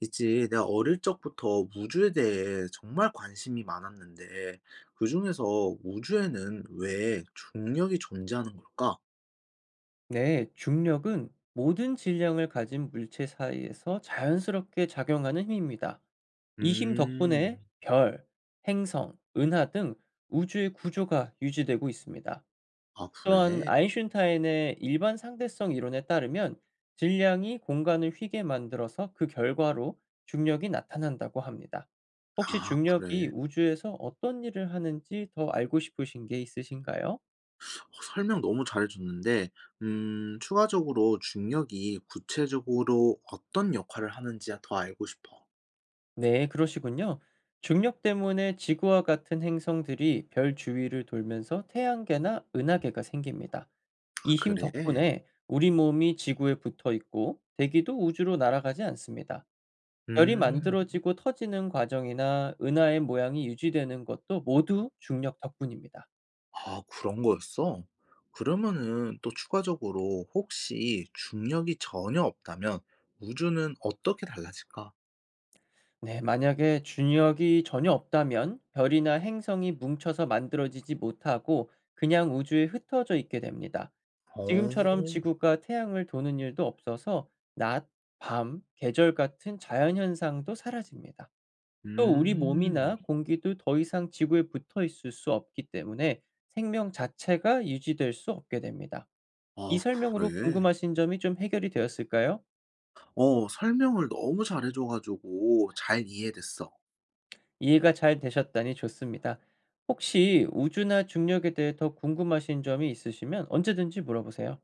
있지. 내가 어릴 적부터 우주에 대해 정말 관심이 많았는데, 그중에서 우주에는 왜 중력이 존재하는 걸까? 네, 중력은 모든 질량을 가진 물체 사이에서 자연스럽게 작용하는 힘입니다. 이 힘 음, 덕분에 별, 행성, 은하 등 우주의 구조가 유지되고 있습니다. 아, 또한 그래? 아인슈타인의 일반 상대성 이론에 따르면 질량이 공간을 휘게 만들어서 그 결과로 중력이 나타난다고 합니다. 혹시 아, 중력이 그래. 우주에서 어떤 일을 하는지 더 알고 싶으신 게 있으신가요? 어, 설명 너무 잘해줬는데, 추가적으로 중력이 구체적으로 어떤 역할을 하는지 더 알고 싶어. 네, 그러시군요. 중력 때문에 지구와 같은 행성들이 별 주위를 돌면서 태양계나 은하계가 생깁니다. 아, 이 힘 그래? 덕분에 우리 몸이 지구에 붙어 있고 대기도 우주로 날아가지 않습니다. 열이 음. 만들어지고 터지는 과정이나 은하의 모양이 유지되는 것도 모두 중력 덕분입니다. 아 그런 거였어? 그러면은 또 추가적으로 혹시 중력이 전혀 없다면 우주는 어떻게 달라질까? 네, 만약에 중력이 전혀 없다면 별이나 행성이 뭉쳐서 만들어지지 못하고 그냥 우주에 흩어져 있게 됩니다. 어, 지금처럼 지구가 태양을 도는 일도 없어서 낮, 밤, 계절 같은 자연현상도 사라집니다. 또 우리 음, 몸이나 공기도 더 이상 지구에 붙어 있을 수 없기 때문에 생명 자체가 유지될 수 없게 됩니다. 아, 이 설명으로 그래? 궁금하신 점이 좀 해결이 되었을까요? 어, 설명을 너무 잘해줘가지고 잘 이해됐어. 이해가 잘 되셨다니 좋습니다. 혹시 우주나 중력에 대해 더 궁금하신 점이 있으시면 언제든지 물어보세요.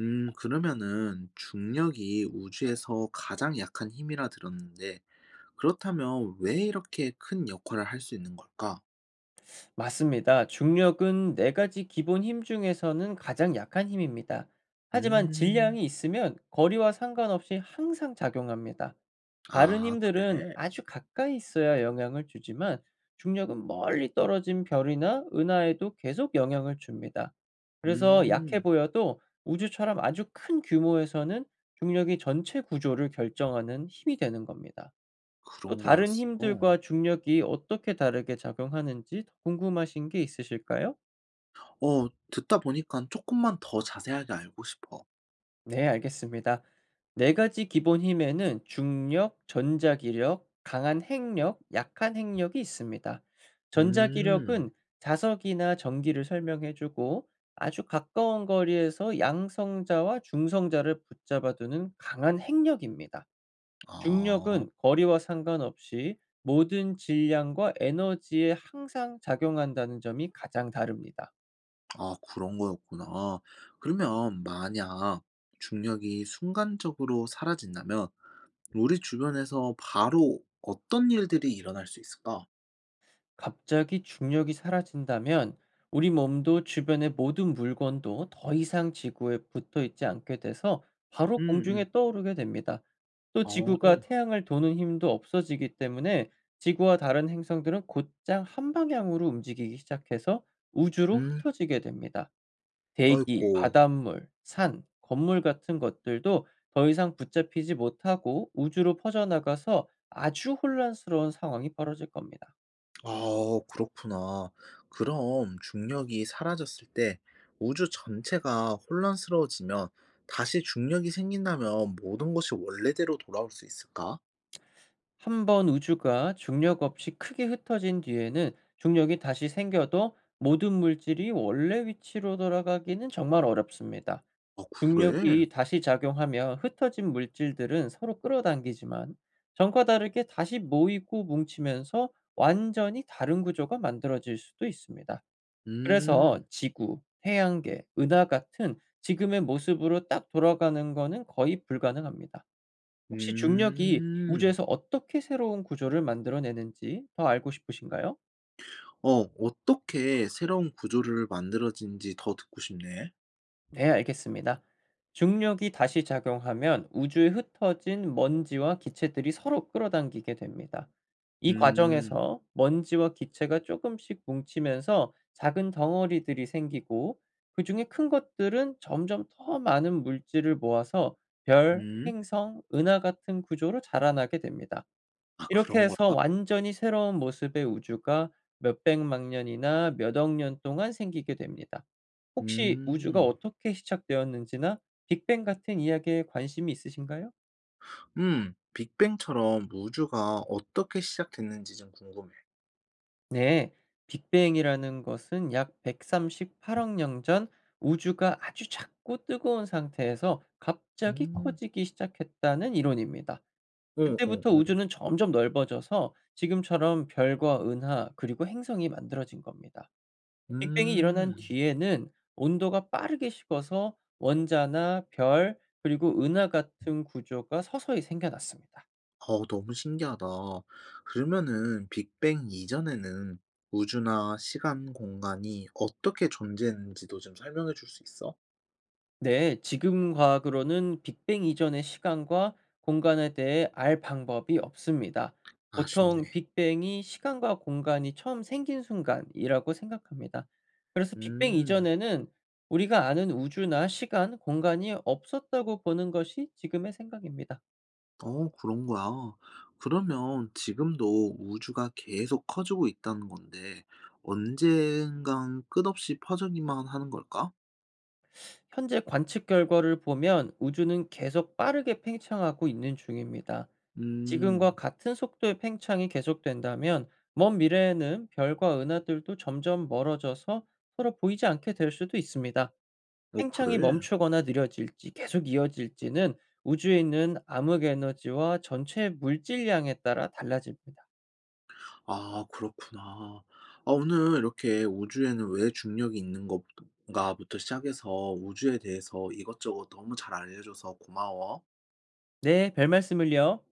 그러면은 중력이 우주에서 가장 약한 힘이라 들었는데, 그렇다면 왜 이렇게 큰 역할을 할 수 있는 걸까? 맞습니다. 중력은 네 가지 기본 힘 중에서는 가장 약한 힘입니다. 하지만 음, 질량이 있으면 거리와 상관없이 항상 작용합니다. 다른 아, 힘들은 그래? 아주 가까이 있어야 영향을 주지만 중력은 멀리 떨어진 별이나 은하에도 계속 영향을 줍니다. 그래서 약해 음. 보여도 우주처럼 아주 큰 규모에서는 중력이 전체 구조를 결정하는 힘이 되는 겁니다. 또 그런 다른 거였어. 힘들과 중력이 어떻게 다르게 작용하는지 더 궁금하신 게 있으실까요? 듣다 보니까 조금만 더 자세하게 알고 싶어. 네, 알겠습니다. 네 가지 기본 힘에는 중력, 전자기력, 강한 핵력, 약한 핵력이 있습니다. 전자기력은 음. 자석이나 전기를 설명해주고 아주 가까운 거리에서 양성자와 중성자를 붙잡아두는 강한 핵력입니다. 아. 중력은 거리와 상관없이 모든 질량과 에너지에 항상 작용한다는 점이 가장 다릅니다. 아 그런 거였구나. 그러면 만약 중력이 순간적으로 사라진다면 우리 주변에서 바로 어떤 일들이 일어날 수 있을까? 갑자기 중력이 사라진다면 우리 몸도 주변의 모든 물건도 더 이상 지구에 붙어 있지 않게 돼서 바로 음음. 공중에 떠오르게 됩니다. 또 어. 지구가 태양을 도는 힘도 없어지기 때문에 지구와 다른 행성들은 곧장 한 방향으로 움직이기 시작해서 우주로 음. 흩어지게 됩니다. 대기, 아이코. 바닷물, 산, 건물 같은 것들도 더 이상 붙잡히지 못하고 우주로 퍼져나가서 아주 혼란스러운 상황이 벌어질 겁니다. 아 그렇구나. 그럼 중력이 사라졌을 때 우주 전체가 혼란스러워지면 다시 중력이 생긴다면 모든 것이 원래대로 돌아올 수 있을까? 한 번 우주가 중력 없이 크게 흩어진 뒤에는 중력이 다시 생겨도 모든 물질이 원래 위치로 돌아가기는 정말 어렵습니다. 아, 그래? 중력이 다시 작용하며 흩어진 물질들은 서로 끌어당기지만 전과 다르게 다시 모이고 뭉치면서 완전히 다른 구조가 만들어질 수도 있습니다. 그래서 음, 지구, 태양계, 은하 같은 지금의 모습으로 딱 돌아가는 것은 거의 불가능합니다. 혹시 중력이 음. 우주에서 어떻게 새로운 구조를 만들어내는지 더 알고 싶으신가요? 어, 어떻게 새로운 구조를 만들어진지 더 듣고 싶네. 네, 알겠습니다. 중력이 다시 작용하면 우주에 흩어진 먼지와 기체들이 서로 끌어당기게 됩니다. 이 음, 과정에서 먼지와 기체가 조금씩 뭉치면서 작은 덩어리들이 생기고 그 중에 큰 것들은 점점 더 많은 물질을 모아서 별, 음. 행성, 은하 같은 구조로 자라나게 됩니다. 아, 이렇게 그런 거야? 해서 완전히 새로운 모습의 우주가 몇백만 년이나 몇 억 년 동안 생기게 됩니다. 혹시 우주가 음, 어떻게 시작되었는지나 빅뱅 같은 이야기에 관심이 있으신가요? 빅뱅처럼 우주가 어떻게 시작됐는지 좀 궁금해. 네. 빅뱅이라는 것은 약 138억 년 전 우주가 아주 작고 뜨거운 상태에서 갑자기 음, 커지기 시작했다는 이론입니다. 어, 어, 그때부터 어. 우주는 점점 넓어져서 지금처럼 별과 은하 그리고 행성이 만들어진 겁니다. 빅뱅이 일어난 음. 뒤에는 온도가 빠르게 식어서 원자나 별 그리고 은하 같은 구조가 서서히 생겨났습니다. 너무 신기하다. 그러면은 빅뱅 이전에는 우주나 시간, 공간이 어떻게 존재했는지도 좀 설명해 줄 수 있어? 네, 지금 과학으로는 빅뱅 이전의 시간과 공간에 대해 알 방법이 없습니다. 보통 아쉽네. 빅뱅이 시간과 공간이 처음 생긴 순간이라고 생각합니다. 그래서 빅뱅 음. 이전에는 우리가 아는 우주나 시간, 공간이 없었다고 보는 것이 지금의 생각입니다. 어 그런 거야. 그러면 지금도 우주가 계속 커지고 있다는 건데 언젠간 끝없이 퍼지기만 하는 걸까? 현재 관측 결과를 보면 우주는 계속 빠르게 팽창하고 있는 중입니다. 지금과 음. 같은 속도의 팽창이 계속된다면 먼 미래에는 별과 은하들도 점점 멀어져서 서로 보이지 않게 될 수도 있습니다. 어 팽창이 그래? 멈추거나 느려질지 계속 이어질지는 우주에 있는 암흑 에너지와 전체 물질량에 따라 달라집니다. 아 그렇구나. 아 오늘 이렇게 우주에는 왜 중력이 있는 것 가부터 시작해서 우주에 대해서 이것저것 너무 잘 알려줘서 고마워. 네, 별 말씀을요.